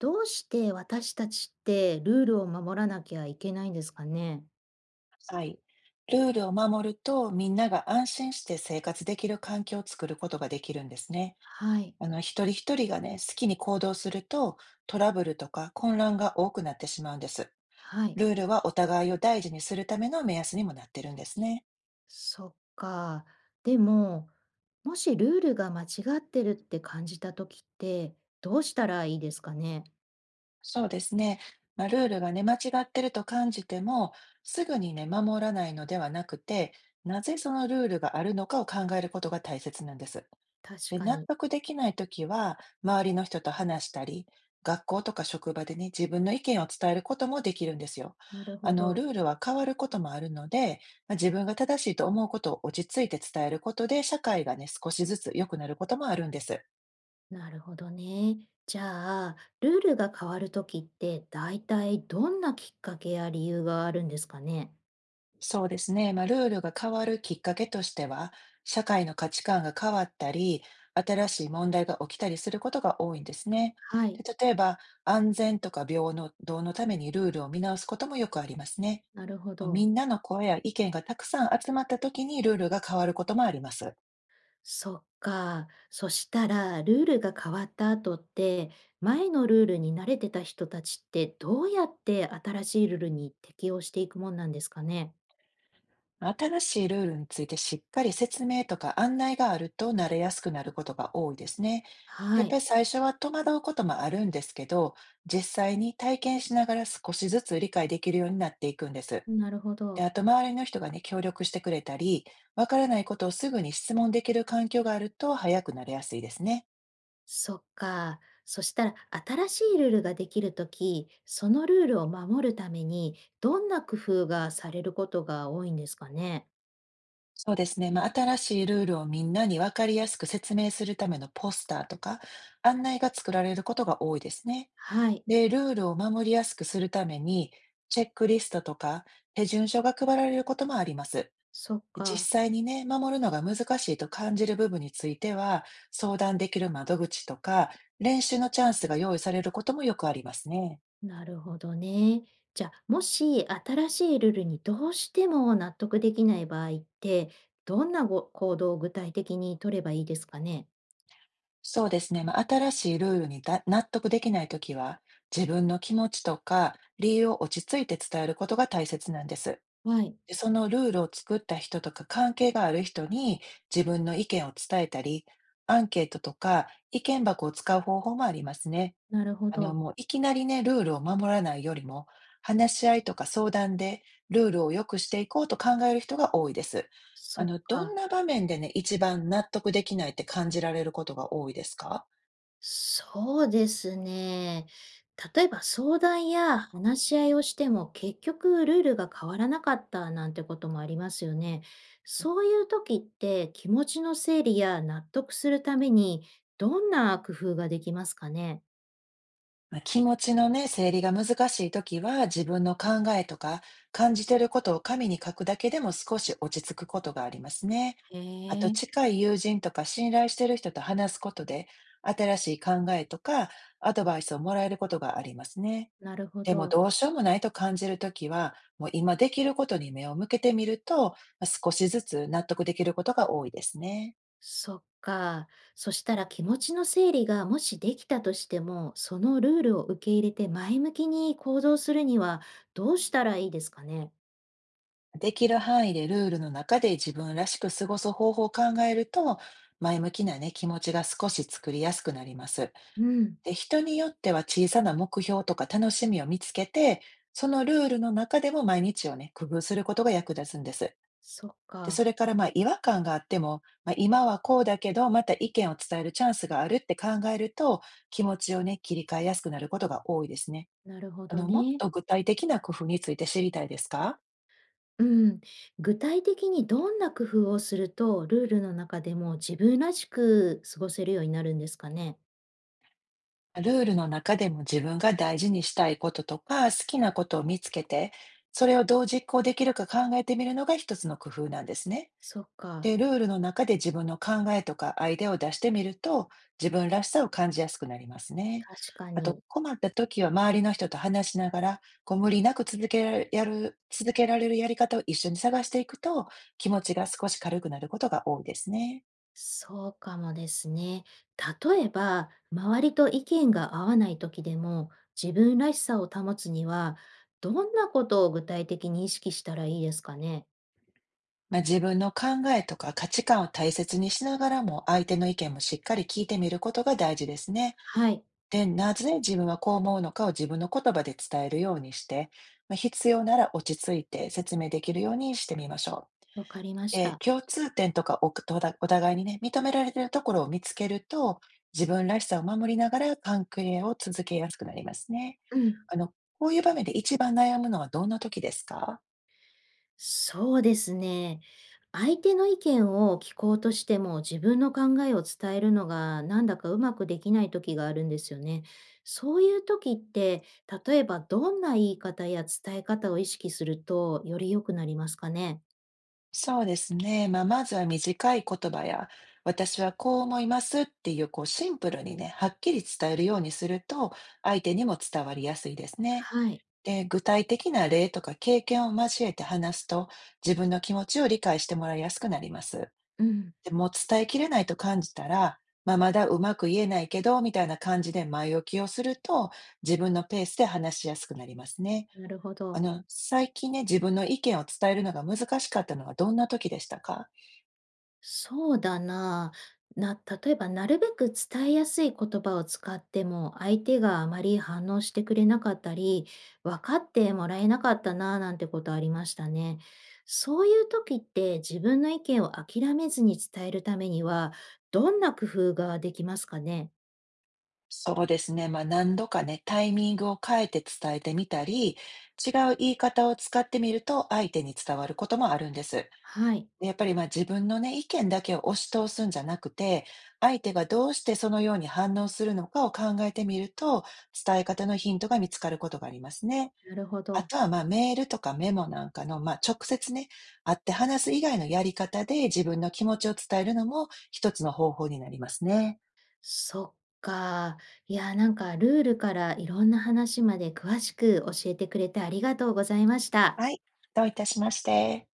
どうして私たちってルールを守らなきゃいけないんですかね？はい。ルールを守ると、みんなが安心して生活できる環境を作ることができるんですね。はい、一人一人がね、好きに行動すると、トラブルとか混乱が多くなってしまうんです。はい、ルールはお互いを大事にするための目安にもなってるんですね。そっか。でも、もしルールが間違ってるって感じた時って、どうしたらいいですかね？そうですね。まあ、ルールがね、間違ってると感じても、すぐにね、守らないのではなくて、なぜそのルールがあるのかを考えることが大切なんです。確で、か納に。得できないときは、周りの人と話したり、学校とか職場でね、自分の意見を伝えることもできるんですよ。なるほど。ルールは変わることもあるので、まあ自分が正しいと思うことを落ち着いて伝えることで、社会がね、少しずつ良くなることもあるんです。なるほどね。じゃあ、ルールが変わる時って、大体どんなきっかけや理由があるんですかね？そうですね。まあ、ルールが変わるきっかけとしては、社会の価値観が変わったり、新しい問題が起きたりすることが多いんですね。はでい、例えば、安全とか平等のためにルールを見直すこともよくありますね。なるほみど。んなの声や意見がたくさん集まった時にルールが変わることもあります。そっか。そしたら、ルールが変わった後って、前のルールに慣れてた人たちってどうやって新しいルールに適応していくもんなんですかね。新しいルールについてしっかり説明とか案内があると慣れやすくなることが多いですね。やはっぱい。り最初は戸惑うこともあるんですけど、実際に体験しながら少しずつ理解できるようになっていくんです。なるほで、ど。あと周りの人がね、協力してくれたり、わからないことをすぐに質問できる環境があると早くなれやすいですね。そっか。そしたら、新しいルールができるとき、そのルールを守るために、どんな工夫がされることが多いんですかね。そうですね。まあ、新しいルールをみんなに分かりやすく説明するためのポスターとか案内が作られることが多いですね。はい。で、ルールを守りやすくするために、チェックリストとか手順書が配られることもあります。そっ実か。際にね、守るのが難しいと感じる部分については、相談できる窓口とか、練習のチャンスが用意されることもよくありますね。なるほどね。じゃあ、もし新しいルールにどうしても納得できない場合って、どんなご行動を具体的に取ればいいですかね？そうですね。まあ、新しいルールに納得できないときは、自分の気持ちとか理由を落ち着いて伝えることが大切なんです。はい、で、そのルールを作った人とか関係がある人に自分の意見を伝えたり、アンケートとか意見箱を使う方法もありますね。なるほど。もういきなりね、ルールを守らないよりも、話し合いとか相談でルールを良くしていこうと考える人が多いです。そっどんか。な場面でね、一番納得できないって感じられることが多いですか？そうですね。例えば相談や話し合いをしても結局ルールが変わらなかったなんてこともありますよね。そういう時って気持ちの整理や納得するためにどんな工夫ができますかね？まあ、気持ちのね、整理が難しいときは、自分の考えとか、感じてることを紙に書くだけでも少し落ち着くことがありますね。へあと、え。近い友人とか信頼してる人と話すことで、新しい考えとか、アドバイスをもらえることがありますね。なるほでも、ど。どうしようもないと感じるときは、もう今できることに目を向けてみると、ま、少しずつ納得できることが多いですね。そっか。そしたら気持ちの整理がもしできたとしても、そのルールを受け入れて前向きに行動するにはどうしたらいいですかね。できる範囲でルールの中で自分らしく過ごす方法を考えると、前向きなね、気持ちが少し作りやすくなります。うん。で、人によっては小さな目標とか楽しみを見つけて、そのルールの中でも毎日をね、工夫することが役立つんです。そっで、そか。れからまあ違和感があっても、まあ、今はこうだけど、また意見を伝えるチャンスがあるって考えると、気持ちをね、切り替えやすくなることが多いですね。なるほどもっね。と具体的な工夫について知りたいですか？うん。具体的にどんな工夫をすると、ルールの中でも自分らしく過ごせるようになるんですかね。ルールの中でも自分が大事にしたいこととか好きなことを見つけて、それをどう実行できるか考えてみるのが一つの工夫なんですね。そっか。で、ルールの中で自分の考えとかアイデアを出してみると、自分らしさを感じやすくなりますね。確かあと、に。困った時は周りの人と話しながら、こう無理なく続けられるやり方を一緒に探していくと、気持ちが少し軽くなることが多いですね。そうかもですね。例えば、周りと意見が合わない時でも、自分らしさを保つには、どんなことを具体的に意識したらいいですかね。まあ、自分の考えとか価値観を大切にしながらも、相手の意見もしっかり聞いてみることが大事ですね。はい、で、なぜ自分はこう思うのかを自分の言葉で伝えるようにして、まあ、必要なら落ち着いて説明できるようにしてみましょわかりまう。した。共通点とかお互いにね、認められているところを見つけると、自分らしさを守りながら関係を続けやすくなりますね。うん。あの、こういう場面で一番悩むのはどんな時ですか？そうですね。相手の意見を聞こうとしても自分の考えを伝えるのがなんだかうまくできない時があるんですよね。そういう時って、例えばどんな言い方や伝え方を意識するとより良くなりますかね。そうですね。まあ、まずは短い言葉や、私はこう思いますっていう、こう、シンプルにね、はっきり伝えるようにすると、相手にも伝わりやすいですね。はい。で、具体的な例とか経験を交えて話すと、自分の気持ちを理解してもらいやすくなります。うん。でもう伝えきれないと感じたら、まあ、まだうまく言えないけど、みたいな感じで前置きをすると、自分のペースで話しやすくなりますね。なるほど。最近ね、自分の意見を伝えるのが難しかったのはどんな時でしたか？そうだな。例えば、なるべく伝えやすい言葉を使っても、相手があまり反応してくれなかったり、分かってもらえなかったな、なんてことありましたね。そういう時って、自分の意見を諦めずに伝えるためには、どんな工夫ができますかね？そうですね。まあ、何度かね、タイミングを変えて伝えてみたり、違う言い方を使ってみると相手に伝わることもあるんです。はい。でやっぱりまあ自分のね、意見だけを押し通すんじゃなくて、相手がどうしてそのように反応するのかを考えてみると、伝え方のヒントが見つかることがありますね。なるほあど。とはまあメールとかメモなんかの、まあ直接ね、会って話す以外のやり方で自分の気持ちを伝えるのも一つの方法になりますね。そっか。いや、なんかルールからいろんな話まで詳しく教えてくれてありがとうございました。はい。どういたしまして。